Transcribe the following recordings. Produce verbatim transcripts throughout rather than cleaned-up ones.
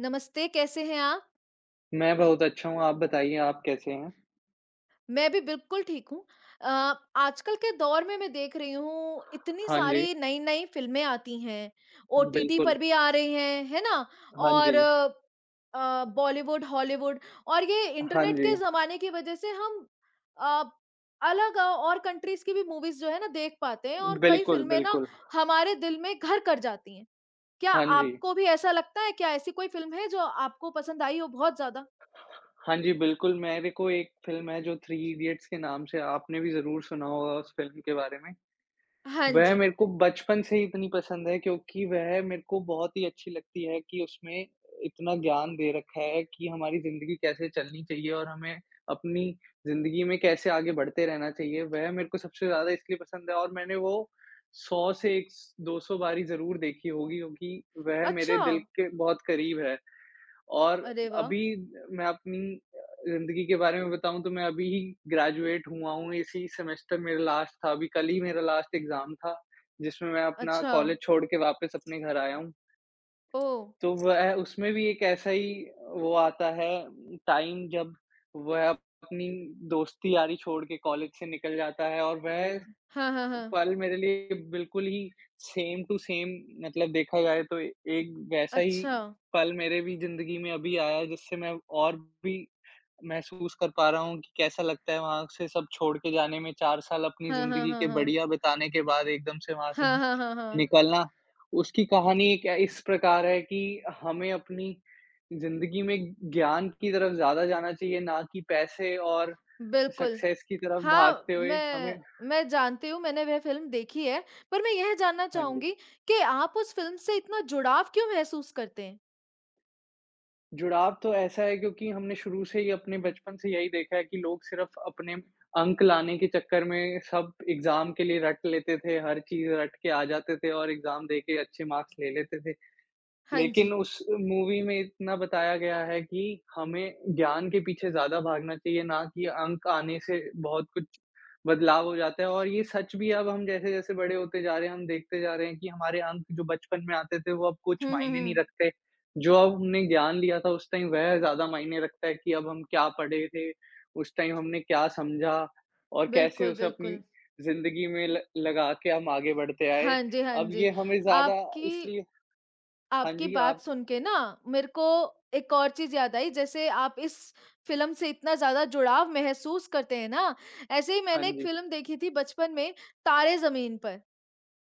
नमस्ते, कैसे हैं आप? मैं बहुत अच्छा हूँ, आप बताइए आप कैसे हैं? मैं भी बिल्कुल ठीक हूँ। अ, आजकल के दौर में मैं देख रही हूँ इतनी हाँ जी, सारी नई-नई फ़िल्में आती हैं, ओटीटी बिल्कुल। पर भी आ रही हैं, है ना? हाँ और जी, अ, बॉलीवुड, हॉलीवुड और ये हाँ इंटरनेट जी। के ज़माने की वज़ह से हम अ, अलग अ, और कंट्रीज़ की भी मूवीज़ जो है ना देख पाते हैं और कई बिल्कुल, फ़िल्में ना बिल्कुल। हमारे दिल में घर कर जाती हैं। क्या हाँ जी। आपको भी ऐसा लगता है? क्या ऐसी कोई फ़िल्म है जो आपको पसंद आई हो बहुत ज़्यादा? हाँ जी, बिल्कुल मेरे को एक फ़िल्म है जो थ्री इडियट्स के नाम से आपने भी ज़रूर सुना होगा उस फ़िल्म के बारे में। हाँ वह जी। मेरे को बचपन से ही इतनी पसंद है क्योंकि वह मेरे को बहुत ही अच्छी लगती है कि उसमें इतना ज्ञान दे रखा है कि हमारी ज़िंदगी कैसे चलनी चाहिए और हमें अपनी ज़िंदगी में कैसे आगे बढ़ते रहना चाहिए। वह मेरे को सबसे ज़्यादा इसलिए पसंद है और मैंने वो सौ से एक दो सौ बारी ज़रूर देखी होगी क्योंकि वह मेरे अच्छा। दिल के बहुत करीब है। और अरे वाह! अभी मैं अपनी ज़िंदगी के बारे में बताऊँ तो मैं अभी ही ग्रेजुएट हुआ हूँ, इसी सेमेस्टर मेरा लास्ट था, अभी कल ही मेरा लास्ट एग्ज़ाम था, जिसमें मैं अपना अच्छा, कॉलेज छोड़ के वापस अपने घर आया हूँ। ओह! तो वह उसमें भी एक ऐसा ही वो आता है टाइम जब वह अपनी दोस्ती यारी छोड़ के कॉलेज से निकल जाता है और वह हाँ, हाँ, हाँ। फल मेरे लिए बिल्कुल ही सेम टू सेम मतलब देखा जाए तो एक वैसा ही अच्छा। पल मेरे भी ज़िंदगी में अभी आया है जिससे मैं और भी महसूस कर पा रहा हूँ कि कैसा लगता है वहाँ से सब छोड़ के जाने में चार साल अपनी हाँ, हाँ, ज़िंदगी हाँ, के हाँ। बढ़िया बिताने के बाद एकदम से वहाँ से हाँ, हाँ, हाँ, हाँ। निकलना। उसकी कहानी एक इस प्रकार है कि हमें अपनी ज़िंदगी में ज्ञान की तरफ ज़्यादा जाना चाहिए ना कि पैसे और बिल्कुल। सक्सेस की तरफ हाँ, भागते हुए हमें। मैं मैं जानती हूँ, मैंने वह फ़िल्म देखी है, पर मैं यह जानना हाँ जी। चाहूँगी कि आप उस फ़िल्म से इतना जुड़ाव क्यों महसूस करते हैं? जुड़ाव तो ऐसा है क्योंकि हमने शुरू से ही अपने बचपन से यही देखा है कि लोग सिर्फ अपने अंक लाने के चक्कर में सब एग्ज़ाम के लिए रट लेते थे, हर चीज़ रट के आ जाते थे और एग्ज़ाम देके अच्छे मार्क्स ले लेते थे। हाँ लेकिन जी। उस मूवी में इतना बताया गया है कि हमें ज्ञान के पीछे ज़्यादा भागना चाहिए, ना कि अंक आने से बहुत कुछ बदलाव हो जाता है और ये सच भी अब हम जैसे-जैसे बड़े होते जा रहे हैं, हम देखते जा रहे हैं कि हमारे अंक जो बचपन में आते थे, वो अब कुछ हुँ, हुँ, मायने नहीं हुँ। रखते। जो अब हमने ज्ञान लिया था उस टाइम वह ज़्यादा मायने रखता है कि अब हम क्या पढ़े थे, उस टाइम हमने क्या समझा और कैसे बिल्कुल, उसे अपनी बिल्कुल। ज़िंदगी में ल लगा के हम आगे बढ़ते आए। हाँ जी, हाँ अब जी। ये हमें ज़्यादा आपकी इसलिए। हाँ आपकी जी, बात आप। सुन के ना मेरे को एक और चीज याद आई जैसे आप इस फिल्म से इतना ज्यादा जुड़ाव महसूस करते हैं ना, ऐसे ही हाँ मैंने एक जी। फिल्म देखी थी बचपन में, तारे जमीन पर।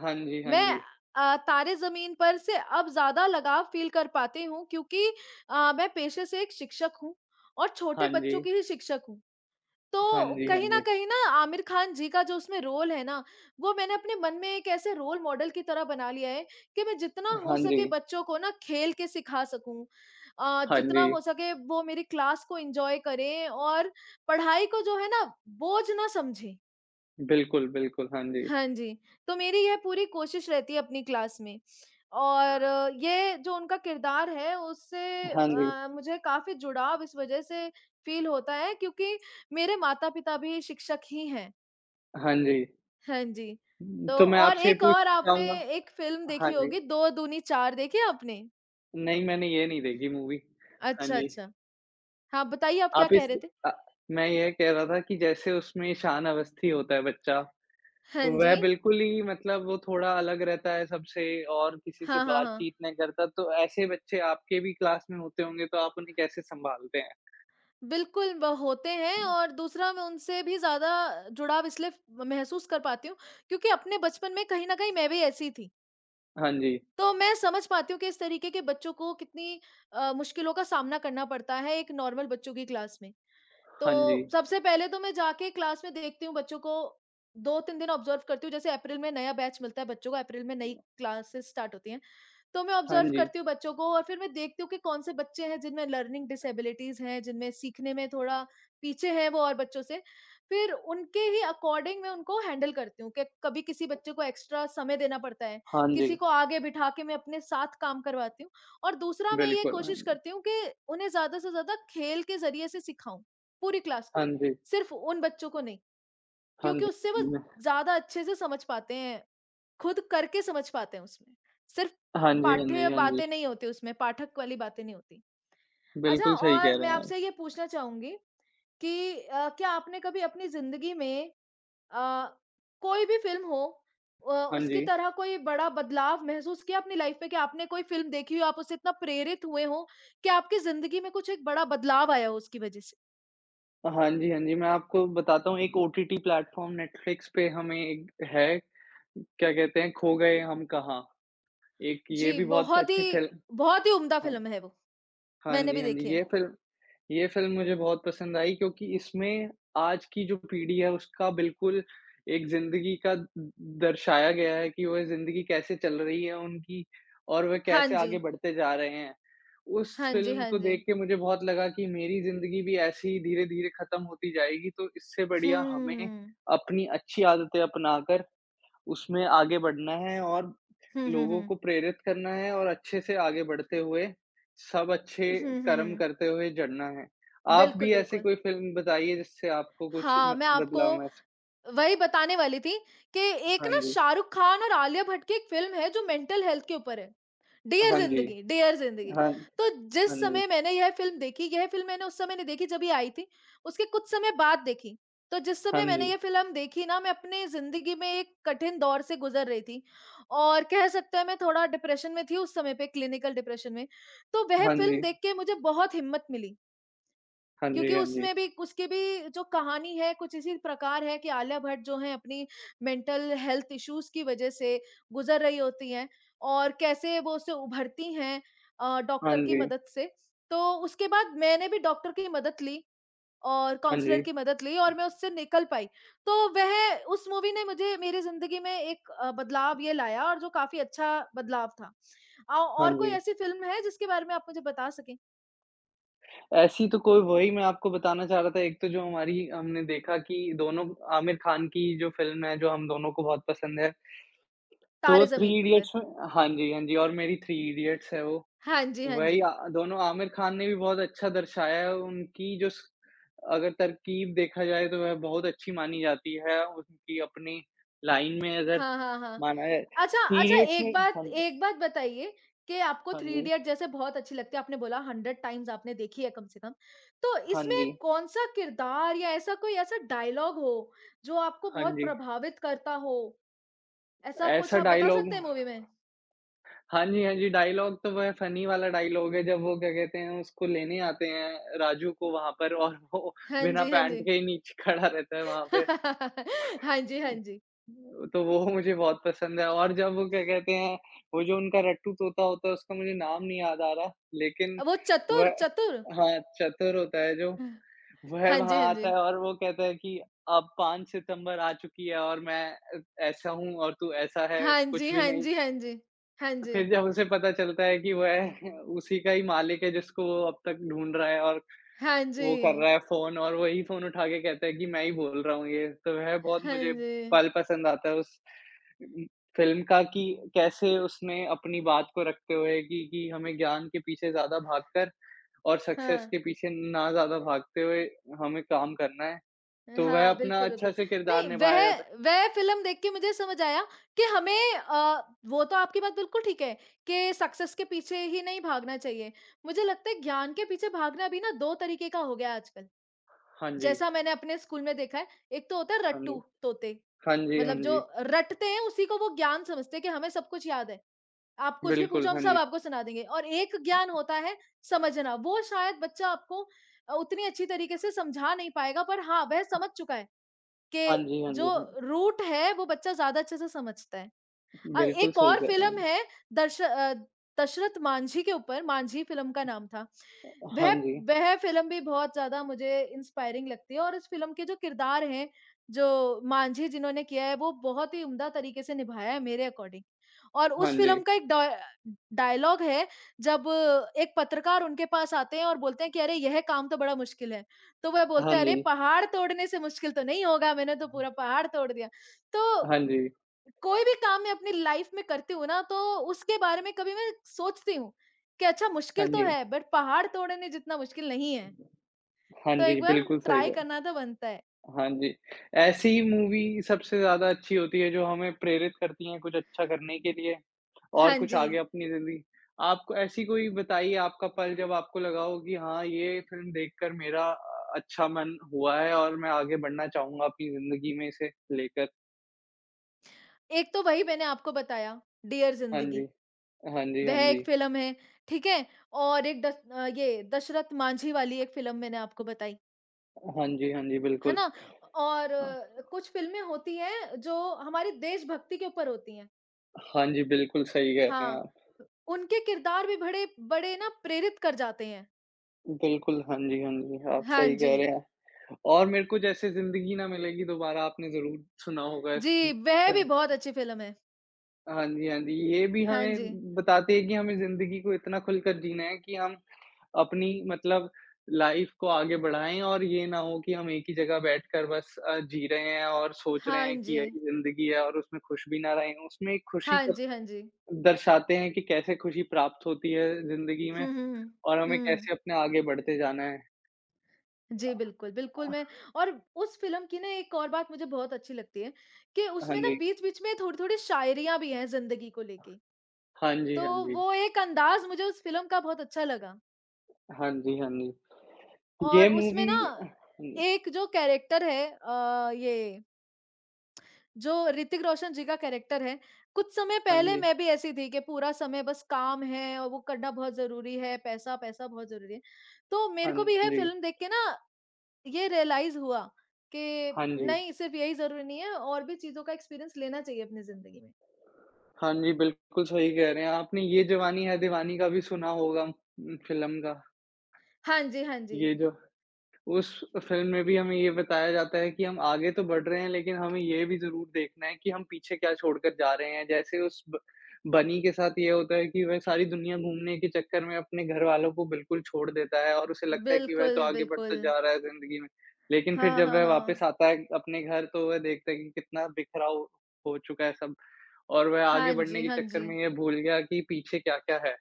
हाँ जी, हाँ मैं जी। अ, तारे जमीन पर से अब ज्यादा लगाव फील कर पाती हूँ, क्योंकि अ, मैं पेशे से एक शिक्षक हूँ और हाँ छोटे जी। बच्चों की ही शिक्षक हूँ। हाँ तो जी, हाँ कहीं न जी। कहीं ना, आमिर खान जी का जो उसमें रोल है ना, वो मैंने अपने मन में एक ऐसे रोल मॉडल की तरह बना लिया है कि मैं जितना हो हाँ जी। सके बच्चों को ना खेल के सिखा सकूँ। अ, हाँ जितना जी। हो सके वो मेरी क्लास को एन्जॉय करें और पढ़ाई को जो है ना बोझ ना समझें। बिल्कुल, बिल्कुल। हाँ जी। हाँ जी, तो मेरी यह पूरी कोशिश रहती है अपनी क्लास में। और अ, ये जो उनका किरदार है उससे हाँ जी। अ, मुझे काफ़ी जुड़ाव इस वज़ह से फ़ील होता है, क्योंकि मेरे माता-पिता भी शिक्षक ही हैं। हाँ जी। हाँ जी। तो तो मैं और आपसे ये एक और पूछना आपने चाहूँगा। एक फ़िल्म हाँ देखी जी। होगी, दो दूनी चार देखी है आपने? नहीं, मैंने ये नहीं देखी मूवी। हाँ अच्छा, जी। अच्छा। हाँ, बताइए आप क्या आप कह इस रहे थे? अ, मैं ये कह रहा था कि जैसे उसमें ईशान अवस्थी होता है बच्चा, हाँ वह जी। बिल्कुल ही मतलब वो थोड़ा अलग रहता है सबसे और किसी से हाँ, हाँ, बातचीत हाँ। नहीं करता, तो ऐसे बच्चे आपके भी क्लास में होते होंगे, तो आप उन्हें कैसे सँभालते हैं? बिल्कुल, ब होते हैं और दूसरा मैं उनसे भी ज़्यादा जुड़ाव इसलिए फ महसूस कर पाती हूँ, क्योंकि अपने बचपन में कहीं न कहीं मैं भी ऐसी थी। हाँ जी। तो मैं समझ पाती हूँ कि इस तरीके के बच्चों को कितनी अ, मुश्किलों का सामना करना पड़ता है एक नॉर्मल बच्चों की क्लास में। हाँ जी। तो सबसे पहले तो मैं जाके क्लास में देखती हूँ बच्चों को, दो तीन दिन ऑब्जर्व करती हूँ। जैसे अप्रैल में नया बैच मिलता है बच्चों को, अप्रैल में नई क्लासेस स्टार्ट होती हैं। तो मैं हाँ ऑब्ज़र्व जी, करती हूँ बच्चों को और फिर मैं देखती हूँ कि कौन-से बच्चे हैं जिनमें लर्निंग डिसेबिलिटीज़ हैं, जिनमें सीखने में थोड़ा पीछे हैं वो और बच्चों से। फिर उनके ही अकॉर्डिंग मैं उनको हैंडल करती हूँ कि कभी किसी बच्चे को एक्स्ट्रा समय देना पड़ता है, हाँ जी, किसी को आगे बिठा के मैं अपने साथ काम करवाती हूँ। और दूसरा मैं ये बिल्कुल, हाँ कोशिश जी, करती हूँ कि उन्हें ज़्यादा से ज़्यादा खेल के ज़रिए से सिखाऊँ, पूरी क्लास को हाँ ही, जी, सिर्फ़ उन बच्चों को नहीं। हाँ क्योंकि जी, उससे वो जी मैं। ज़्यादा अच्छे से समझ पाते हैं, खुद करके समझ पाते हैं उसमें। सिर्फ़ हाँ जी, हाँ जी, पाठ्य हाँ जी, बातें नहीं होती उसमें, पाठक वाली बातें नहीं होती। अच्छा, बिल्कुल सही और कह रहे मैं हैं आप। आपसे ये पूछना चाहूँगी कि अ, क्या आपने कभी अपनी ज़िंदगी में अ, कोई भी फ़िल्म हो अ, हाँ उसकी जी, तरह कोई बड़ा बदलाव महसूस किया अपनी लाइफ़ में कि आपने कोई फ़िल्म देखी हो, आप उससे इतना प्रेरित हुए हो कि आपकी ज़िंदगी में कुछ एक बड़ा बदलाव आया हो उसकी वज़ह से? हाँ जी, हाँ जी, मैं आपको बताता हूँ एक ओटीटी प्लेटफ़ॉर्म नेटफ्लिक्स पे हमें एक है, क्या कहते हैं खो गए हम कहाँ, एक ये जी, भी बहुत बहुत अच्छी ही फ़िल्म। बहुत ही उम्दा हाँ, फ़िल्म है वो। हाँ मैंने जी, भी हाँ जी, देखी है। ये फ़िल्म ये फ़िल्म मुझे बहुत पसंद आई क्योंकि इसमें आज की जो पीढ़ी है उसका बिल्कुल एक ज़िंदगी का द दर्शाया गया है कि वह ज़िंदगी कैसे चल रही है उनकी और वह हाँ कैसे आगे जी। बढ़ते जा रहे हैं। उस हाँ जी, फ़िल्म हाँ को जी। देख के मुझे बहुत लगा कि मेरी ज़िंदगी भी ऐसे ही धीरे-धीरे ख़त्म होती जाएगी तो इससे बढ़िया हमें हुँ। अपनी अच्छी आदतें अपनाकर उसमें आगे बढ़ना है और हुँ, हुँ, लोगों हुँ। को प्रेरित करना है और अच्छे से आगे बढ़ते हुए, सब अच्छे हुँ, कर्म हुँ। करते हुए जड़ना है। आप बिल्कुल, भी ऐसी बिल्कुल। कोई फ़िल्म बताइए जिससे आपको कुछ हाँ, म मैं आपको बदलाव महस। वही बताने वाली थी कि एक हाँ ना जी। शाहरुख खान और आलिया भट्ट की एक फ़िल्म है जो मेंटल हेल्थ के ऊपर है, डियर हाँ जी। ज़िंदगी डियर ज़िंदगी। हाँ, हाँ तो जिस जी। समय मैंने यह फ़िल्म देखी, यह फ़िल्म मैंने उस समय नहीं देखी जब ये आई थी, उसके कुछ समय बाद देखी। तो जिस हाँ समय जी। मैंने ये फ़िल्म देखी ना, मैं अपनी ज़िंदगी में एक कठिन दौर से गुज़र रही थी और कह सकते हैं मैं थोड़ा डिप्रेशन में थी उस समय पे, क्लिनिकल डिप्रेशन में। तो वह हाँ फ़िल्म जी। देख के मुझे बहुत हिम्मत मिली। हाँ जी, क्योंकि हाँ जी। उसमें भी, उसकी भी जो कहानी है कुछ इसी प्रकार है कि आलिया भट्ट जो है अपनी मेंटल हेल्थ इश्यूज की वजह से गुजर रही होती हैं और कैसे वो उससे उभरती हैं अ, हाँ डॉक्टर की जी। मदद से। तो उसके बाद मैंने भी डॉक्टर की मदद ली और हाँ काउंसलर जी। की मदद ली और मैं उससे निकल पाई। तो वह उस मूवी ने मुझे मेरी ज़िंदगी में एक अ, बदलाव ये लाया और जो काफ़ी अच्छा बदलाव था। औ हाँ और कोई जी। ऐसी फ़िल्म है जिसके बारे में आप मुझे बता सकें? ऐसी तो कोई वही मैं आपको बताना चाह रहा था एक तो जो हमारी हमने देखा कि दोनों आमिर खान की जो फ़िल्म है, जो हम दोनों को बहुत पसंद है। तो तारे ज़मीन थ्री पर। इडियट्स में। हाँ जी, हाँ जी और मेरी थ्री इडियट्स है वो। हाँ जी, हाँ वही जी। अ, दोनों आमिर खान ने भी बहुत अच्छा दर्शाया है उनकी जो स। अगर तरकीब देखा जाए तो वह बहुत अच्छी मानी जाती है, उनकी अपनी लाइन में अगर हाँ, हाँ, हाँ। माना जाए। अच्छा थ्री अच्छा इडियट्स एक में। हाँ, बात एक बात बताइए कि आपको हाँ थ्री जी, इडियट जैसे बहुत अच्छी लगती है, आपने बोला हंड्रेड टाइम्स आपने देखी है कम से कम। तो हाँ इसमें जी, कौन-सा किरदार या ऐसा कोई ऐसा डायलॉग हो, जो आपको हाँ बहुत जी। प्रभावित करता हो? ऐसा कुछ ऐसा आप बता डायलॉग। सकते हैं मूवी में? हाँ जी, हाँ जी, डायलॉग तो वह फनी वाला डायलॉग है जब वो क्या कहते हैं उसको लेने आते हैं राजू को वहाँ पर और वो हाँ बिना जी, हाँ जी। पैंट के ही नीचे खड़ा रहता है वहाँ पे। हाँ जी, हाँ जी। तो वो मुझे बहुत पसंद है और जब वो क्या कहते हैं, वो जो उनका रट्टू तोता होता है उसका मुझे नाम नहीं याद आ रहा, लेकिन वो वह चतुर, चतुर। हाँ, चतुर होता है जो, वह हाँ वहाँ जी, हाँ जी। आता है और वो कहता है कि अब पाँच सितंबर आ चुकी है और मैं अ, ऐसा हूँ और तू ऐसा है, हाँ जी, कुछ भी हाँ नहीं। जी, हाँ जी। हाँ जी। फिर जब उसे पता चलता है कि वह उसी का ही मालिक है जिसको वो अब तक ढूँढ रहा है और हाँ जी। वो कर रहा है फ़ोन और वही फ़ोन उठा के कहता है कि मैं ही बोल रहा हूँ ये, तो वह बहुत हाँ मुझे जी। पल पसंद आता है उस उम, फ़िल्म का कि कैसे उसने अपनी बात को रखते हुए कि कि हमें ज्ञान के पीछे ज़्यादा भागकर और सक्सेस के हाँ। पीछे ना ज़्यादा भागते हुए हमें काम करना है, तो वह हाँ, अपना बिल्कुल, अच्छा बिल्कुल। से किरदार नहीं, वह निभाया जाता है। वह फ़िल्म देख के मुझे समझ आया कि हमें अ, वो तो आपकी बात बिल्कुल ठीक है कि सक्सेस के पीछे ही नहीं भागना चाहिए। मुझे लगता है ज्ञान के पीछे भागना भी ना दो तरीके का हो गया है आजकल। हाँ जी, जैसा मैंने अपने स्कूल में देखा है, एक तो होता है हाँ जी। रट्टू तोते, हाँ जी, हाँ मतलब जो जी। रटते हैं उसी को वो ज्ञान समझते हैं कि हमें सब कुछ याद है। आप कुछ भी बिल्कुल, पूछो हम हाँ सब जी। आपको सुना देंगे, और एक ज्ञान होता है समझना, वो शायद बच्चा आपको अ, उतनी अच्छी तरीके से समझा नहीं पाएगा पर हाँ, वह समझ चुका है। के हाँ जी, हाँ जो जी। रूट है वो बच्चा ज़्यादा अच्छे से समझता है। अ, बिल्कुल एक सही और कह रहे फ़िल्म हैं। है दर्श अ, दशरथ मांझी के ऊपर, मांझी फ़िल्म का नाम था। हाँ वह जी, वह फ़िल्म भी बहुत ज़्यादा मुझे इंस्पायरिंग लगती है और इस फ़िल्म के जो किरदार हैं, जो मांझी जिन्होंने किया है, वो बहुत ही उम्दा तरीके से निभाया है मेरे अकॉर्डिंग। और हाँ उस जी। फ़िल्म का एक डा डायलॉग है, जब एक पत्रकार उनके पास आते हैं और बोलते हैं कि, "अरे! यह काम तो बड़ा मुश्किल है।" तो वह हाँ बोलते हैं, "अरे! जी। पहाड़ तोड़ने से मुश्किल तो नहीं होगा, मैंने तो पूरा पहाड़ तोड़ दिया।" तो हाँ जी। कोई भी काम मैं अपनी लाइफ में करती हूँ ना, तो उसके बारे में कभी मैं सोचती हूँ कि अच्छा, हाँ मुश्किल तो जी। हाँ है बट पहाड़ तोड़ने जितना मुश्किल नहीं है, जी। हाँ तो जी, एक बार बिल्कुल सही ट्राई कहा। करना तो बनता है। हाँ जी, ऐसी ही मूवी सबसे ज़्यादा अच्छी होती है जो हमें प्रेरित करती हैं कुछ अच्छा करने के लिए और हाँ कुछ जी। आगे अपनी ज़िंदगी। आपको ऐसी कोई बताइए आपका पल जब आपको लगा हो कि हाँ, ये फ़िल्म देखकर मेरा अ, अच्छा मन हुआ है और मैं आगे बढ़ना चाहूँगा अपनी ज़िंदगी में इसे लेकर? एक तो वही मैंने आपको बताया, डियर हाँ जी। जिंदगी, हाँ जी, हाँ वह एक जी। फिल्म है, ठीक है। और एक दस, अ, ये दशरथ मांझी वाली एक फिल्म मैंने आपको बताई हाँ जी, हाँ जी, है बिल्कुल। ना। और हाँ, अ, कुछ फिल्में होती हैं जो हमारी देशभक्ति के ऊपर होती हैं। हाँ जी, बिल्कुल सही कह रहे हैं हाँ, आप। उनके किरदार भी बड़े बड़े ना प्रेरित कर जाते हैं। बिल्कुल, हाँ जी, हाँ जी, आप हाँ सही कह जी। रहे हैं। और मेरे को जैसे ज़िंदगी ना मिलेगी दोबारा आपने ज़रूर सुना होगा इस जी, वह फिल्म। भी बहुत अच्छी फ़िल्म है। हाँ जी, हाँ जी, ये भी हाँ जी। हमें बताती है कि हमें ज़िंदगी को इतना खुलकर जीना है कि हम अपनी मतलब लाइफ़ को आगे बढ़ाएँ और ये ना हो कि हम एक ही जगह बैठकर बस अ, जी रहे हैं और सोच रहे हाँ हैं कि जी। यही ज़िंदगी है और उसमें खुश भी ना रहे। उसमें एक खुशी हाँ को जी, हाँ जी। दर्शाते हैं कि कैसे खुशी प्राप्त होती है ज़िंदगी हुँ, में हुँ, हुँ। और हमें हुँ। कैसे अपने आगे बढ़ते जाना है। जी, बिल्कुल, बिल्कुल। मैं और उस फ़िल्म की ना एक और बात मुझे बहुत अच्छी लगती है कि हाँ उसमें ना जी। बीच-बीच में थोड़ी-थोड़ी शायरियाँ भी हैं ज़िंदगी को लेके। हाँ जी, तो हाँ जी। वो एक अंदाज़ मुझे उस फ़िल्म का बहुत अच्छा लगा हाँ जी, हाँ जी। ये और उसमें मूवी। ना एक जो कैरेक्टर है, अ, ये जो ऋतिक रोशन जी का कैरेक्टर है, कुछ समय हाँ पहले जी, मैं भी ऐसी थी कि पूरा समय बस काम है और वो करना बहुत ज़रूरी है, पैसा-पैसा बहुत ज़रूरी है। तो हाँ मेरे जी, को भी हाँ यह जी, फ़िल्म देख के ना ये रियलाइज़ हुआ कि हाँ जी। नहीं, सिर्फ़ यही ज़रूरी नहीं है, और भी चीज़ों का एक्सपीरियंस लेना चाहिए अपनी ज़िंदगी में। हाँ जी, बिल्कुल सही कह रहे हैं। आपने ये जवानी है दीवानी का भी सुना होगा उम, फ़िल्म का। हाँ जी, हाँ जी। ये जो उस फ़िल्म में भी हमें ये बताया जाता है कि हम आगे तो बढ़ रहे हैं, लेकिन हमें ये भी ज़रूर देखना है कि हम पीछे क्या छोड़कर जा रहे हैं। जैसे उस ब बनी के साथ ये होता है कि वह सारी दुनिया घूमने के चक्कर में अपने घरवालों को बिल्कुल छोड़ देता है और उसे लगता है कि वह बिल्कुल, तो आगे बढ़ता बिल्कुल। जा रहा है ज़िंदगी में। लेकिन फिर हाँ, जब हाँ, वह हाँ। वापस आता है अपने घर तो वह देखता है कि कितना बिखराव हो चुका है सब और वह हाँ आगे बढ़ने जी, के हाँ चक्कर जी। में ये भूल गया कि पीछे क्या-क्या है।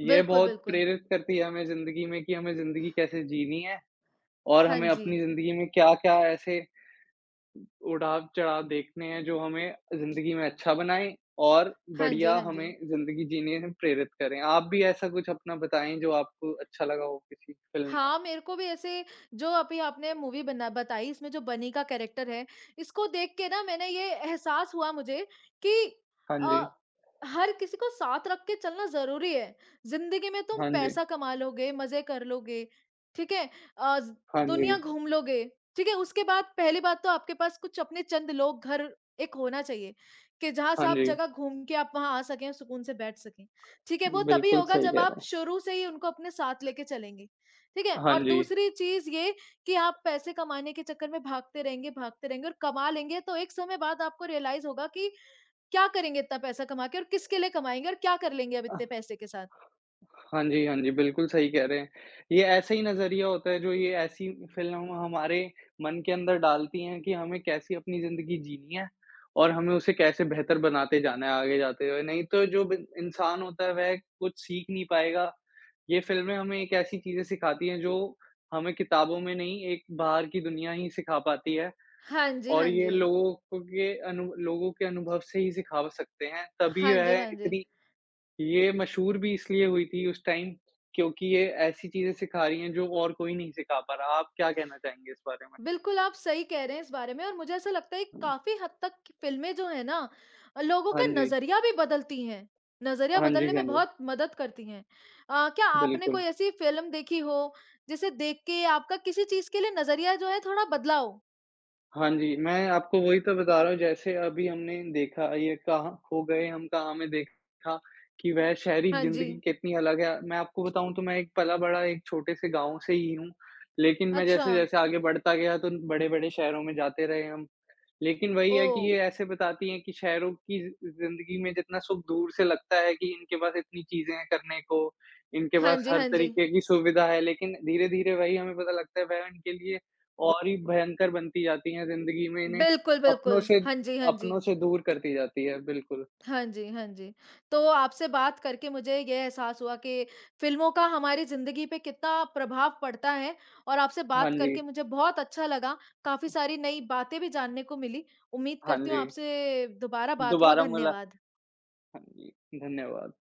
ये बिल्कुल, बहुत बिल्कुल। प्रेरित करती है हमें ज़िंदगी में कि हमें ज़िंदगी कैसे जीनी है और हाँ हमें जी। अपनी ज़िंदगी में क्या-क्या ऐसे उड़ाव-चढ़ाव देखने हैं, जो हमें ज़िंदगी में अच्छा बनाएँ और हाँ जी, बढ़िया हाँ हमें जी। ज़िंदगी जीने में प्रेरित करें। आप भी ऐसा कुछ अपना बताएँ, जो आपको अच्छा लगा हो किसी फ़िल्म में? हाँ, मेरे को भी ऐसे जो अभी आपने मूवी बना बताई, इसमें जो बनी का कैरेक्टर है, इसको देख के ना मैंने ये एहसास हुआ मुझे कि हाँ जी। अ, हर किसी को साथ रख के चलना ज़रूरी है। ज़िंदगी में तुम हाँ जी। पैसा कमा लोगे, मज़े कर लोगे, ठीक है? अ, ज़ हाँ जी। दुनिया घूम लोगे, ठीक है? उसके बाद पहली बात तो आपके पास कुछ अपने चंद लोग घर एक होना चाहिए कि जहाँ हाँ सब जी। जगह घूम के आप वहाँ आ सकें और सुकून से बैठ सकें, ठीक है? वो तभी बिल्कुल होगा सही जब कह आप रहे हैं। शुरू से ही उनको अपने साथ लेके चलेंगे। ठीक है? हाँ और जी। दूसरी चीज़ ये कि आप पैसे कमाने के चक्कर में भागते रहेंगे, भागते रहेंगे और कमा लेंगे तो एक समय बाद आपको रियलाइज़ होगा कि क्या करेंगे इतना पैसा कमा के और किसके लिए कमाएँगे और क्या कर लेंगे अब इतने पैसे के साथ? हाँ जी, हाँ जी, बिल्कुल सही कह रहे हैं। ये ऐसा ही नज़रिया होता है जो ये ऐसी फ़िल्म हमारे मन के अंदर डालती हैं कि हमें कैसी अपनी ज़िंदगी जीनी है और हमें उसे कैसे बेहतर बनाते जाना है आगे जाते हुए। नहीं तो जो बिन इंसान होता है वह कुछ सीख नहीं पाएगा। ये फ़िल्में हमें एक ऐसी चीज़ें सिखाती हैं जो हमें किताबों में नहीं एक बाहर की दुनिया ही सिखा पाती है हाँ जी, और हाँ ये जी। लोगों को के अनु लोगों के अनुभव से ही सिखा सकते हैं। तभी हाँ वह जी, हाँ जी। इतनी ये मशहूर भी इसलिए हुई थी उस टाइम क्योंकि ये ऐसी चीज़ें सिखा रही हैं जो और कोई नहीं सिखा पा रहा। आप क्या कहना चाहेंगे इस बारे में? बिल्कुल, आप सही कह रहे हैं इस बारे में और मुझे ऐसा लगता है हुँ। काफ़ी हद तक फ़िल्में जो हैं ना, लोगों हाँ का जी। नज़रिया भी बदलती हैं। नज़रिया हाँ बदलने जी, हाँ में जी। बहुत मदद करती हैं। अ, क्या आपने बिल्कुल। कोई ऐसी फ़िल्म देखी हो जिसे देख के आपका किसी चीज़ के लिए नज़रिया जो है थोड़ा बदला हो? हाँ जी, मैं आपको वही तो बता रहा हूँ जैसे अभी हमने देखा ये कहाँ खो गए हम कहाँ में देखा कि वह शहरी हाँ जी। ज़िंदगी कितनी अलग है। मैं आपको बताऊँ तो मैं एक पला-बड़ा एक छोटे से गाँव से ही हूँ। लेकिन मैं अच्छा, जैसे-जैसे आगे बढ़ता गया तो बड़े-बड़े शहरों में जाते रहे हम। लेकिन वही है कि ओह! ये ऐसे बताती हैं कि शहरों की ज़ि ज़िंदगी में जितना सुख दूर से लगता है कि इनके पास इतनी चीज़ें हैं करने को, इनके हाँ पास जी, हर हाँ जी। तरीके की सुविधा है, लेकिन धीरे-धीरे वही हमें पता लगता है वह इनके लिए और ही भयंकर बनती जाती हैं ज़िंदगी में इन्हें बिल्कुल, अपनों बिल्कुल। से हाँ जी, हाँ जी। अपनों से दूर करती जाती है, बिल्कुल। हाँ जी, हाँ जी। तो आपसे बात करके मुझे ये एहसास हुआ कि फ़िल्मों का हमारी ज़िंदगी पे कितना प्रभाव पड़ता है और आपसे हाँ बात जी, करके मुझे बहुत अच्छा लगा। काफ़ी सारी नई बातें भी जानने को मिली। उम्मीद हाँ करती हूँ जी। आपसे दोबारा बात हो। दोबारा मुला। धन्यवाद। हाँ जी, धन्यवाद।